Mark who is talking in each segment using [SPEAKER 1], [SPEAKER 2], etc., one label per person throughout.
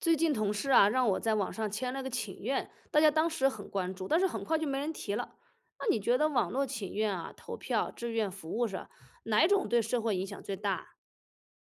[SPEAKER 1] 最近同事啊，让我在网上签了个请愿，大家当时很关注，但是很快就没人提了。那你觉得网络请愿啊、投票、志愿服务上，哪一种对社会影响最大？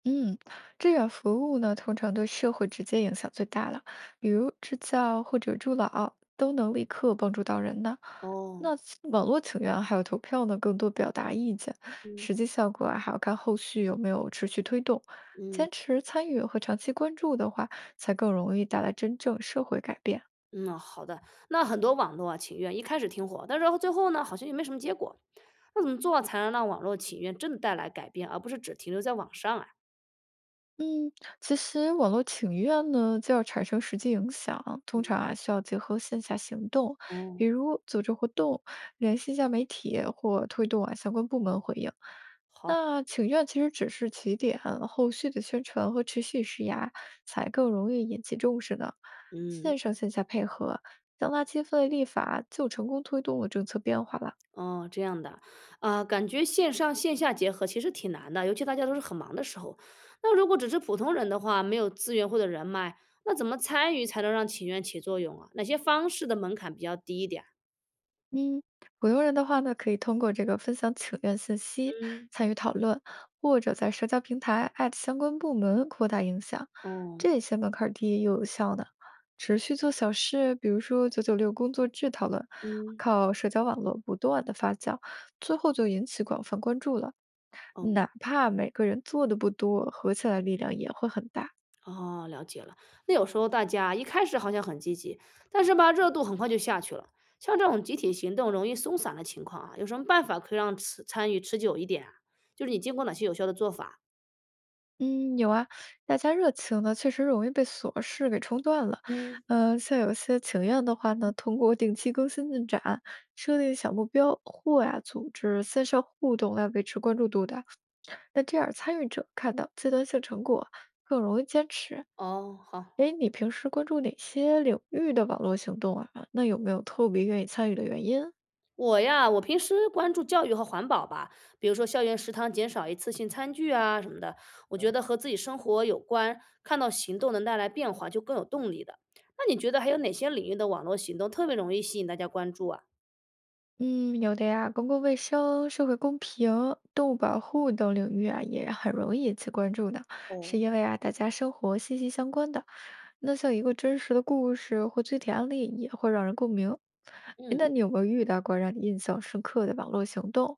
[SPEAKER 2] 嗯，志愿服务呢，通常对社会直接影响最大了，比如支教或者助老，都能立刻帮助到人呢。
[SPEAKER 1] 哦，
[SPEAKER 2] 那请网络请愿还有投票呢，更多表达意见，实
[SPEAKER 1] 嗯
[SPEAKER 2] 际效果啊，还要看后续有没有持续推动。
[SPEAKER 1] 嗯
[SPEAKER 2] 坚持参与和长期关注的话，才更容易带来真正社会改变。
[SPEAKER 1] 嗯，好的。那很多网络啊请愿一开始挺火，但是最后呢，好像也没什么结果。那怎么做才能让网络请愿真的带来改变，而不是只停留在网上啊？
[SPEAKER 2] 嗯，其实网络请愿呢，就要产生实际影响，通常啊需要结合线下行动，比
[SPEAKER 1] 哦，
[SPEAKER 2] 如组织活动、联系一下媒体或推动啊相关部门回应。
[SPEAKER 1] 好，
[SPEAKER 2] 那请愿其实只是起点，后续的宣传和持续施压才更容易引起重视呢。
[SPEAKER 1] 嗯。
[SPEAKER 2] 线上线下配合，将垃圾分类立法就成功推动了政策变化了。
[SPEAKER 1] 哦，这样的。啊，感觉线上线下结合其实挺难的，尤其大家都是很忙的时候。那如果只是普通人的话，没有资源或者人脉，那怎么参与才能让情愿起作用啊？哪些方式的门槛比较低一点？
[SPEAKER 2] 嗯，普通人的话呢，可以通过这个分享请愿信息
[SPEAKER 1] 嗯，
[SPEAKER 2] 参与讨论，或者在社交平台艾特相关部门扩大影响，
[SPEAKER 1] 哦，
[SPEAKER 2] 这些门槛儿低又有效呢。持续做小事，比如说996工作制讨论，
[SPEAKER 1] 嗯，
[SPEAKER 2] 靠社交网络不断的发酵，最后就引起广泛关注了。
[SPEAKER 1] 哦，
[SPEAKER 2] 哪怕每个人做的不多，合起来力量也会很大。
[SPEAKER 1] 哦，了解了。那有时候大家一开始好像很积极，但是吧，热度很快就下去了。像这种集体行动容易松散的情况啊，有什么办法可以让持参与持久一点啊？就是你见过哪些有效的做法？
[SPEAKER 2] 嗯，有啊，大家热情呢，确实容易被琐事给冲断了。
[SPEAKER 1] 嗯，
[SPEAKER 2] 嗯，像有些情愿的话呢，通过定期更新进展、设定小目标或呀、组织线上互动来维持关注度的。那这样参与者看到阶段性成果，更容易坚持。
[SPEAKER 1] 哦，好。
[SPEAKER 2] 哎，你平时关注哪些领域的网络行动啊？那有没有特别愿意参与的原因？
[SPEAKER 1] 我呀，平时关注教育和环保吧，比如说校园食堂减少一次性餐具啊什么的，我觉得和自己生活有关，看到行动能带来变化就更有动力的。那你觉得还有哪些领域的网络行动特别容易吸引大家关注啊？
[SPEAKER 2] 嗯，有的呀，公共卫生、社会公平、动物保护等领域啊，也很容易引起关注的，是
[SPEAKER 1] 哦，
[SPEAKER 2] 因为啊，大家生活息息相关的。那像一个真实的故事或具体案例，也会让人共鸣。诶
[SPEAKER 1] 嗯。
[SPEAKER 2] 那你有没有遇到过让你印象深刻的网络行动？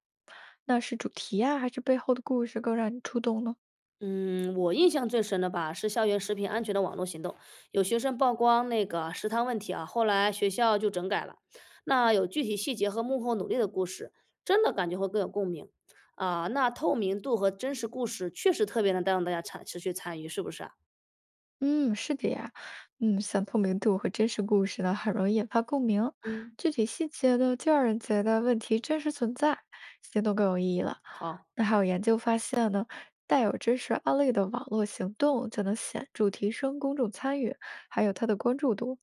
[SPEAKER 2] 那是主题呀，还是背后的故事更让你触动呢？
[SPEAKER 1] 嗯，我印象最深的吧，是校园食品安全的网络行动，有学生曝光那个食堂问题啊，后来学校就整改了。那有具体细节和幕后努力的故事，真的感觉会更有共鸣啊。那透明度和真实故事确实特别能带动大家持续参与，是不是啊？
[SPEAKER 2] 嗯，是的呀，嗯，像透明度和真实故事呢，很容易引发共鸣，
[SPEAKER 1] 嗯，
[SPEAKER 2] 具体细节呢，就让人觉得问题真实存在，行动更有意义了。
[SPEAKER 1] 好，
[SPEAKER 2] 那还有研究发现呢，带有真实案例的网络行动，就能显著提升公众参与，还有它的关注度。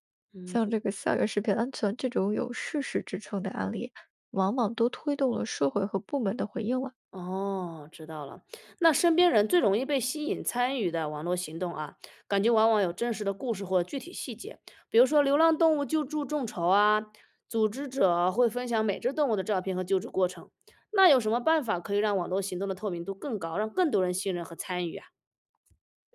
[SPEAKER 2] 像
[SPEAKER 1] 嗯。
[SPEAKER 2] 这个校园食品安全这种有事实支撑的案例，往往都推动了社会和部门的回应了。
[SPEAKER 1] 哦，知道了。那身边人最容易被吸引参与的网络行动啊，感觉往往有真实的故事或具体细节，比如说流浪动物救助众筹啊，组织者会分享每只动物的照片和救助过程。那有什么办法可以让网络行动的透明度更高，让更多人信任和参与啊？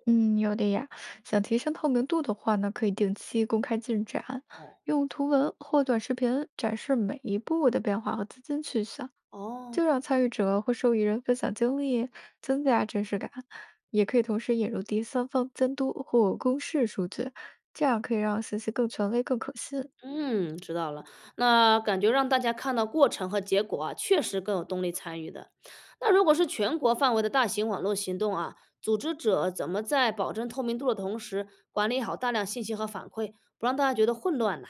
[SPEAKER 2] 嗯，有的呀。想提升透明度的话呢，可以定期公开进展，
[SPEAKER 1] 哦
[SPEAKER 2] 用图文或短视频展示每一步的变化和资金去向，
[SPEAKER 1] 哦，
[SPEAKER 2] 就让参与者或受益人分享经历，增加真实感。也可以同时引入第三方监督或公示数据，这样可以让信息更权威、更可信。
[SPEAKER 1] 嗯，知道了。那感觉让大家看到过程和结果啊，确实更有动力参与的。那如果是全国范围的大型网络行动啊，组织者怎么在保证透明度的同时，管理好大量信息和反馈，不让大家觉得混乱呢？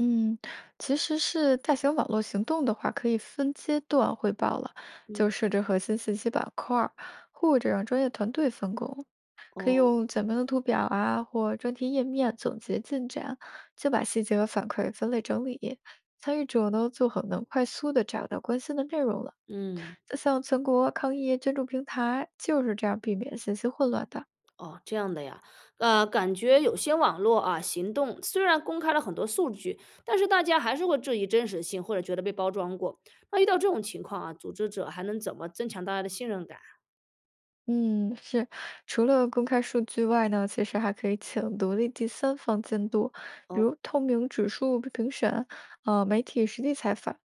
[SPEAKER 2] 嗯，其实是大型网络行动的话，可以分阶段汇报了，就
[SPEAKER 1] 嗯，
[SPEAKER 2] 设置核心信息板块儿，或者让专业团队分工。可以
[SPEAKER 1] 哦，
[SPEAKER 2] 用简单的图表啊或专题页面总结进展，就把细节和反馈分类整理，参与者呢就很能快速的找到关心的内容了。
[SPEAKER 1] 嗯，
[SPEAKER 2] 像全国抗疫捐助平台，就是这样避免信息混乱的。
[SPEAKER 1] 哦，这样的呀，感觉有些网络啊行动虽然公开了很多数据，但是大家还是会质疑真实性，或者觉得被包装过。那遇到这种情况啊，组织者还能怎么增强大家的信任感？
[SPEAKER 2] 嗯，是，除了公开数据外呢，其实还可以请独立第三方监督，比
[SPEAKER 1] 哦，
[SPEAKER 2] 如透明指数评审，媒体实地采访。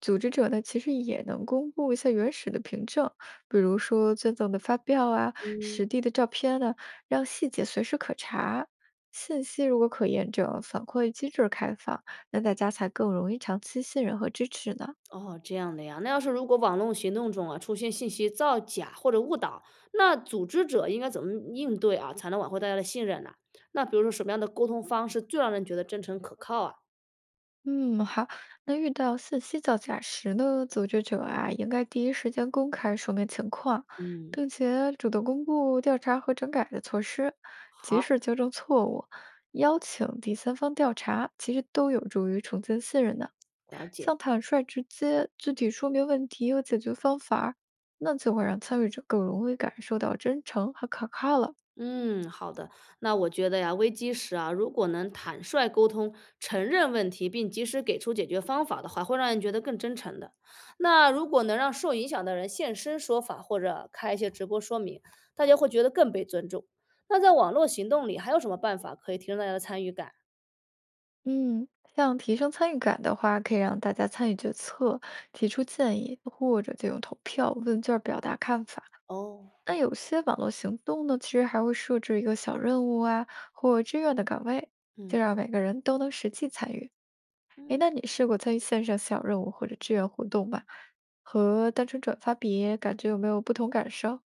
[SPEAKER 2] 组织者呢，其实也能公布一下原始的凭证，比如说捐赠的发票啊、实
[SPEAKER 1] 嗯。
[SPEAKER 2] 地的照片呢、让细节随时可查。信息如果可验证，反馈机制开放，那大家才更容易长期信任和支持呢。
[SPEAKER 1] 哦，这样的呀。那要是如果网络行动中啊出现信息造假或者误导，那组织者应该怎么应对啊，才能挽回大家的信任呢、那比如说什么样的沟通方式最让人觉得真诚可靠啊？
[SPEAKER 2] 嗯，好。那遇到信息造假时呢，组织者啊，应该第一时间公开说明情况，
[SPEAKER 1] 嗯，
[SPEAKER 2] 并且主动公布调查和整改的措施，及
[SPEAKER 1] 好，
[SPEAKER 2] 时纠正错误，邀请第三方调查，其实都有助于重建信任的。
[SPEAKER 1] 了解。
[SPEAKER 2] 像坦率直接、具体说明问题和解决方法儿那就会让参与者更容易感受到真诚和可靠了。
[SPEAKER 1] 嗯，好的。那我觉得呀，危机时啊，如果能坦率沟通、承认问题，并及时给出解决方法的话，会让人觉得更真诚的。那如果能让受影响的人现身说法，或者开一些直播说明，大家会觉得更被尊重。那在网络行动里，还有什么办法可以提升大家的参与感？
[SPEAKER 2] 嗯，像提升参与感的话，可以让大家参与决策，提出建议，或者就用投票、问卷儿表达看法。
[SPEAKER 1] 哦，
[SPEAKER 2] 那有些网络行动呢，其实还会设置一个小任务啊，或志愿的岗位，
[SPEAKER 1] 嗯。
[SPEAKER 2] 就让每个人都能实际参与。诶，
[SPEAKER 1] 嗯。
[SPEAKER 2] 那你试过参与线上小任务或者志愿活动吗？和单纯转发比，感觉有没有不同感受？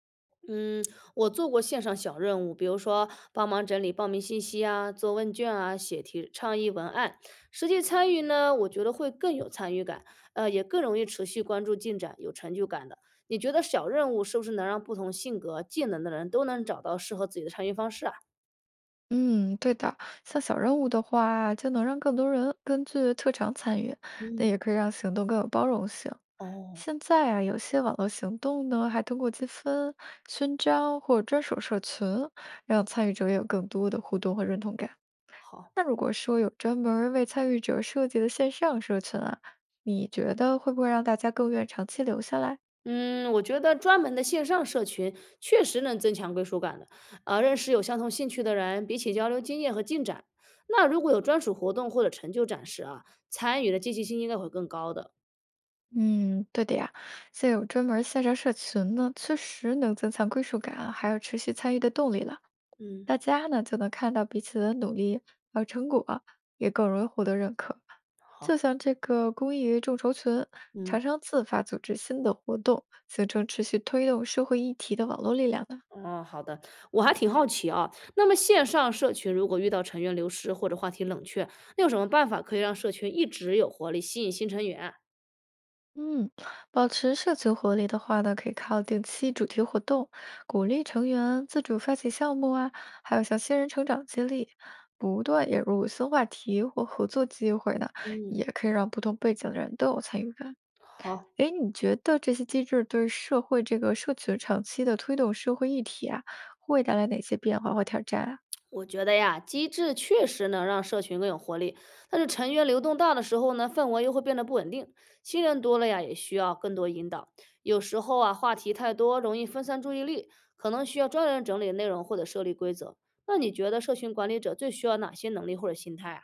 [SPEAKER 1] 嗯，我做过线上小任务，比如说帮忙整理报名信息啊、做问卷啊、写题倡议文案。实际参与呢，我觉得会更有参与感，也更容易持续关注进展，有成就感的。你觉得小任务是不是能让不同性格、技能的人都能找到适合自己的参与方式啊？
[SPEAKER 2] 嗯，对的，像小任务的话，就能让更多人根据特长参与，那
[SPEAKER 1] 嗯，
[SPEAKER 2] 也可以让行动更有包容性。
[SPEAKER 1] 哦，
[SPEAKER 2] 现在啊，有些网络行动呢，还通过积分、勋章或专属社群，让参与者也有更多的互动和认同感。
[SPEAKER 1] 好。
[SPEAKER 2] 那如果说有专门儿为参与者设计的线上社群啊，你觉得会不会让大家更愿意长期留下来？
[SPEAKER 1] 嗯，我觉得专门的线上社群确实能增强归属感的，啊，认识有相同兴趣的人，比起交流经验和进展，那如果有专属活动或者成就展示啊，参与的积极性应该会更高的。
[SPEAKER 2] 嗯，对的呀，现在有专门儿线上社群呢，确实能增强归属感，还有持续参与的动力了。
[SPEAKER 1] 嗯，
[SPEAKER 2] 大家呢就能看到彼此的努力还有成果，也更容易获得认可。
[SPEAKER 1] 好，
[SPEAKER 2] 就像这个公益众筹群，常
[SPEAKER 1] 嗯，
[SPEAKER 2] 常自发组织新的活动，形成持续推动社会议题的网络力量呢。
[SPEAKER 1] 哦，好的，我还挺好奇啊，那么线上社群如果遇到成员流失或者话题冷却，那有什么办法可以让社群一直有活力，吸引新成员？
[SPEAKER 2] 嗯，保持社群活力的话呢，可以靠定期主题活动，鼓励成员自主发起项目啊，还有像新人成长激励，不断引入新话题或合作机会呢，
[SPEAKER 1] 嗯，
[SPEAKER 2] 也可以让不同背景的人都有参与感。
[SPEAKER 1] 好。
[SPEAKER 2] 诶，你觉得这些机制对社会这个社群长期的推动社会议题啊，会带来哪些变化或挑战啊？
[SPEAKER 1] 我觉得呀，机制确实能让社群更有活力，但是成员流动大的时候呢，氛围又会变得不稳定。新人多了呀，也需要更多引导。有时候啊，话题太多，容易分散注意力，可能需要专人整理内容或者设立规则。那你觉得社群管理者最需要哪些能力或者心态啊？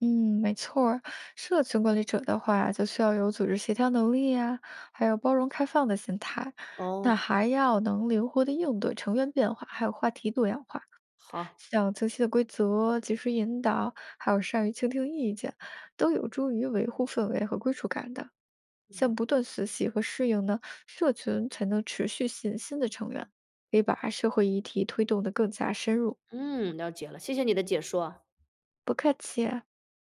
[SPEAKER 2] 嗯，没错儿，社群管理者的话，就需要有组织协调能力呀、还有包容开放的心态，
[SPEAKER 1] 哦，
[SPEAKER 2] 那还要能灵活的应对成员变化，还有话题多样化。
[SPEAKER 1] 好，
[SPEAKER 2] 像清晰的规则、及时引导，还有善于倾听意见，都有助于维护氛围和归属感的。像不断学习和适应呢，社群才能持续吸引新的成员，可以把社会议题推动得更加深入。
[SPEAKER 1] 嗯，了解了，谢谢你的解说啊。
[SPEAKER 2] 不客气啊。